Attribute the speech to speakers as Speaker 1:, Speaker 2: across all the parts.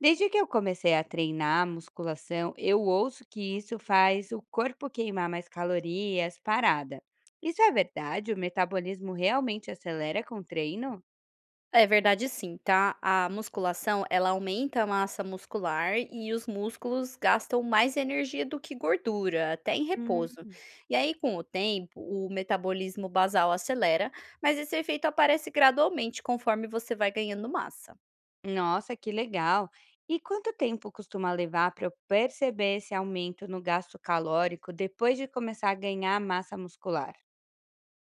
Speaker 1: Desde que eu comecei a treinar musculação, eu ouço que isso faz o corpo queimar mais calorias parada. Isso é verdade? O metabolismo realmente acelera com o treino?
Speaker 2: É verdade, sim, tá? A musculação, ela aumenta a massa muscular e os músculos gastam mais energia do que gordura, até em repouso.
Speaker 1: Hum.
Speaker 2: E aí, com o tempo, o metabolismo basal acelera, mas esse efeito aparece gradualmente conforme você vai ganhando massa.
Speaker 1: Nossa, que legal! E quanto tempo costuma levar para eu perceber esse aumento no gasto calórico depois de começar a ganhar massa muscular?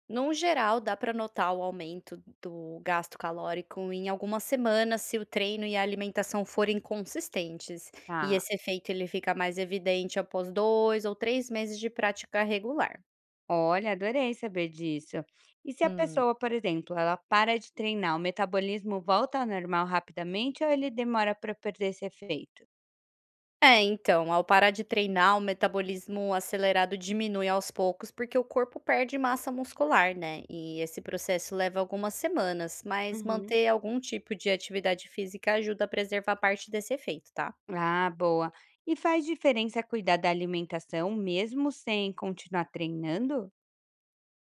Speaker 2: No geral, dá para notar o aumento do gasto calórico em algumas semanas se o treino e a alimentação forem consistentes. E
Speaker 1: Tá.
Speaker 2: esse efeito ele fica mais evidente após dois ou três meses de prática regular.
Speaker 1: Olha, adorei saber disso. E se a
Speaker 2: Hum.
Speaker 1: pessoa, por exemplo, ela para de treinar, o metabolismo volta ao normal rapidamente ou ele demora para perder esse efeito?
Speaker 2: É, então, ao parar de treinar, o metabolismo acelerado diminui aos poucos porque o corpo perde massa muscular, né? E esse processo leva algumas semanas, mas
Speaker 1: Uhum.
Speaker 2: manter algum tipo de atividade física ajuda a preservar parte desse efeito, tá?
Speaker 1: Ah, boa. E faz diferença cuidar da alimentação mesmo sem continuar treinando?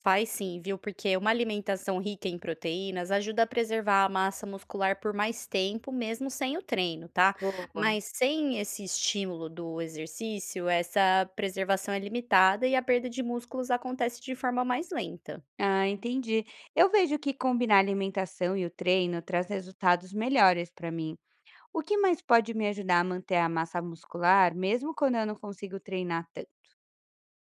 Speaker 2: Faz sim, viu? Porque uma alimentação rica em proteínas ajuda a preservar a massa muscular por mais tempo, mesmo sem o treino, tá?
Speaker 1: Boa.
Speaker 2: Mas sem esse estímulo do exercício, essa preservação é limitada e a perda de músculos acontece de forma mais lenta.
Speaker 1: Ah, entendi. Eu vejo que combinar a alimentação e o treino traz resultados melhores para mim. O que mais pode me ajudar a manter a massa muscular, mesmo quando eu não consigo treinar tanto?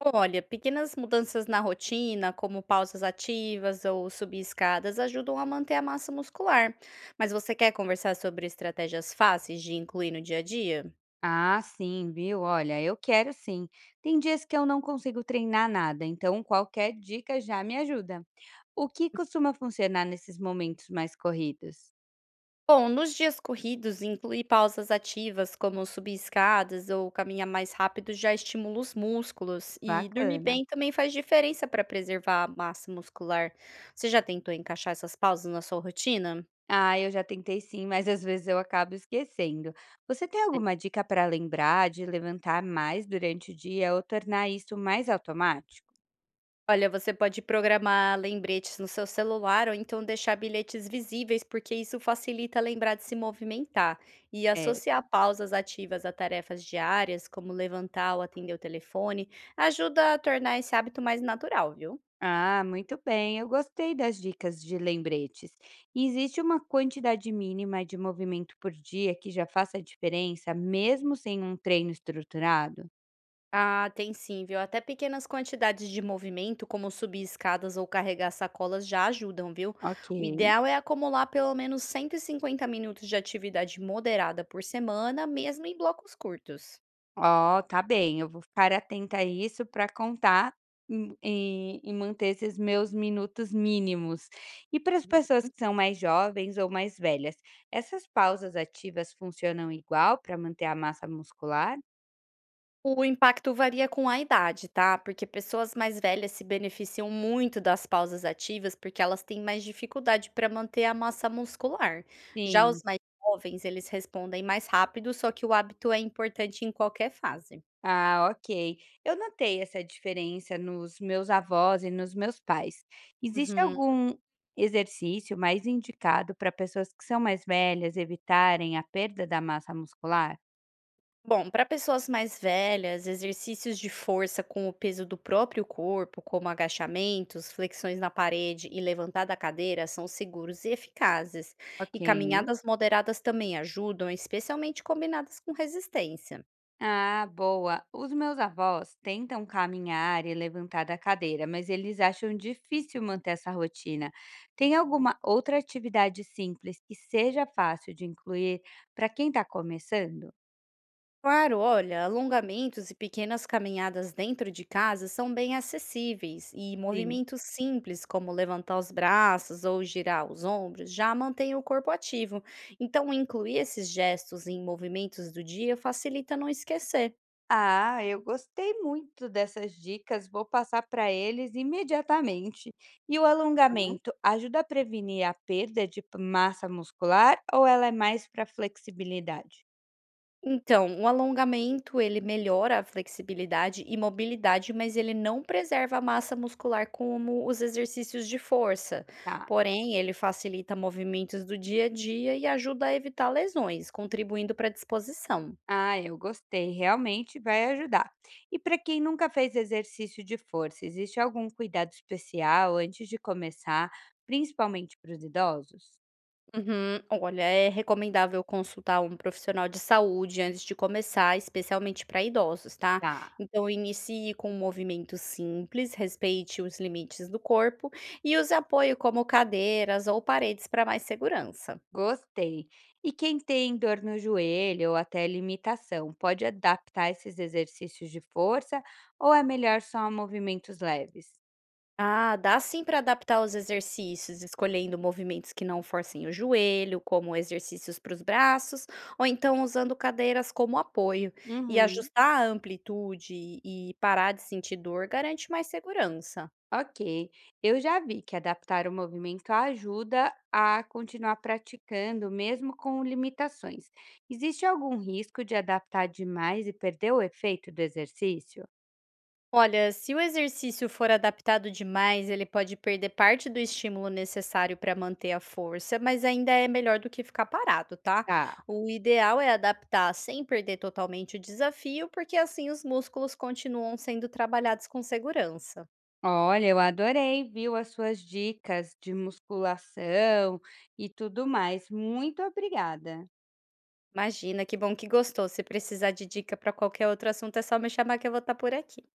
Speaker 2: Olha, pequenas mudanças na rotina, como pausas ativas ou subir escadas, ajudam a manter a massa muscular. Mas você quer conversar sobre estratégias fáceis de incluir no dia a dia?
Speaker 1: Ah, sim, viu? Olha, eu quero sim. Tem dias que eu não consigo treinar nada, então qualquer dica já me ajuda. O que costuma funcionar nesses momentos mais corridos?
Speaker 2: Bom, nos dias corridos, incluir pausas ativas, como subir escadas ou caminhar mais rápido, já estimula os músculos. E dormir
Speaker 1: Bacana.
Speaker 2: bem também faz diferença para preservar a massa muscular. Você já tentou encaixar essas pausas na sua rotina?
Speaker 1: Ah, eu já tentei sim, mas às vezes eu acabo esquecendo. Você tem alguma dica para lembrar de levantar mais durante o dia ou tornar isso mais automático?
Speaker 2: Olha, você pode programar lembretes no seu celular ou então deixar bilhetes visíveis, porque isso facilita lembrar de se movimentar. E
Speaker 1: É.
Speaker 2: associar pausas ativas a tarefas diárias, como levantar ou atender o telefone, ajuda a tornar esse hábito mais natural, viu?
Speaker 1: Ah, muito bem. Eu gostei das dicas de lembretes. E existe uma quantidade mínima de movimento por dia que já faça diferença, mesmo sem um treino estruturado?
Speaker 2: Ah, tem sim, viu? Até pequenas quantidades de movimento, como subir escadas ou carregar sacolas, já ajudam, viu?
Speaker 1: Ok.
Speaker 2: O ideal é acumular pelo menos 150 minutos de atividade moderada por semana, mesmo em blocos curtos.
Speaker 1: Ó, tá bem. Eu vou ficar atenta a isso para contar e manter esses meus minutos mínimos. E para as pessoas
Speaker 2: Uhum.
Speaker 1: que são mais jovens ou mais velhas, essas pausas ativas funcionam igual para manter a massa muscular?
Speaker 2: O impacto varia com a idade, tá? Porque pessoas mais velhas se beneficiam muito das pausas ativas, porque elas têm mais dificuldade para manter a massa muscular. Já os
Speaker 1: Sim.
Speaker 2: mais jovens, eles respondem mais rápido, só que o hábito é importante em qualquer fase.
Speaker 1: Ah, ok. Eu notei essa diferença nos meus avós e nos meus pais. Existe
Speaker 2: Uhum.
Speaker 1: algum exercício mais indicado para pessoas que são mais velhas evitarem a perda da massa muscular?
Speaker 2: Bom, para pessoas mais velhas, exercícios de força com o peso do próprio corpo, como agachamentos, flexões na parede e levantar da cadeira, são seguros e eficazes.
Speaker 1: Ok.
Speaker 2: E caminhadas moderadas também ajudam, especialmente combinadas com resistência.
Speaker 1: Ah, boa. Os meus avós tentam caminhar e levantar da cadeira, mas eles acham difícil manter essa rotina. Tem alguma outra atividade simples que seja fácil de incluir para quem está começando?
Speaker 2: Claro, olha, alongamentos e pequenas caminhadas dentro de casa são bem acessíveis e
Speaker 1: Sim.
Speaker 2: movimentos simples, como levantar os braços ou girar os ombros, já mantêm o corpo ativo. Então, incluir esses gestos em movimentos do dia facilita não esquecer.
Speaker 1: Ah, eu gostei muito dessas dicas, vou passar para eles imediatamente. E o alongamento ajuda a prevenir a perda de massa muscular ou ela é mais para flexibilidade?
Speaker 2: Então, o alongamento ele melhora a flexibilidade e mobilidade, mas ele não preserva a massa muscular como os exercícios de força.
Speaker 1: Tá.
Speaker 2: Porém, ele facilita movimentos do dia a dia e ajuda a evitar lesões, contribuindo para a disposição.
Speaker 1: Ah, eu gostei, realmente vai ajudar. E para quem nunca fez exercício de força, existe algum cuidado especial antes de começar, principalmente para os idosos?
Speaker 2: Uhum. Olha, é recomendável consultar um profissional de saúde antes de começar, especialmente para idosos, tá?
Speaker 1: Tá.
Speaker 2: Então, inicie com um movimento simples, respeite os limites do corpo e use apoio como cadeiras ou paredes para mais segurança.
Speaker 1: Gostei. E quem tem dor no joelho ou até limitação, pode adaptar esses exercícios de força ou é melhor só movimentos leves?
Speaker 2: Ah, dá sim para adaptar os exercícios, escolhendo movimentos que não forcem o joelho, como exercícios para os braços, ou então usando cadeiras como apoio. E
Speaker 1: Uhum.
Speaker 2: ajustar a amplitude e parar de sentir dor garante mais segurança.
Speaker 1: Ok, eu já vi que adaptar o movimento ajuda a continuar praticando, mesmo com limitações. Existe algum risco de adaptar demais e perder o efeito do exercício?
Speaker 2: Olha, se o exercício for adaptado demais, ele pode perder parte do estímulo necessário para manter a força, mas ainda é melhor do que ficar parado, tá?
Speaker 1: Tá.
Speaker 2: O ideal é adaptar sem perder totalmente o desafio, porque assim os músculos continuam sendo trabalhados com segurança.
Speaker 1: Olha, eu adorei, viu, as suas dicas de musculação e tudo mais. Muito obrigada.
Speaker 2: Imagina, que bom que gostou. Se precisar de dica para qualquer outro assunto, é só me chamar que eu vou estar por aqui.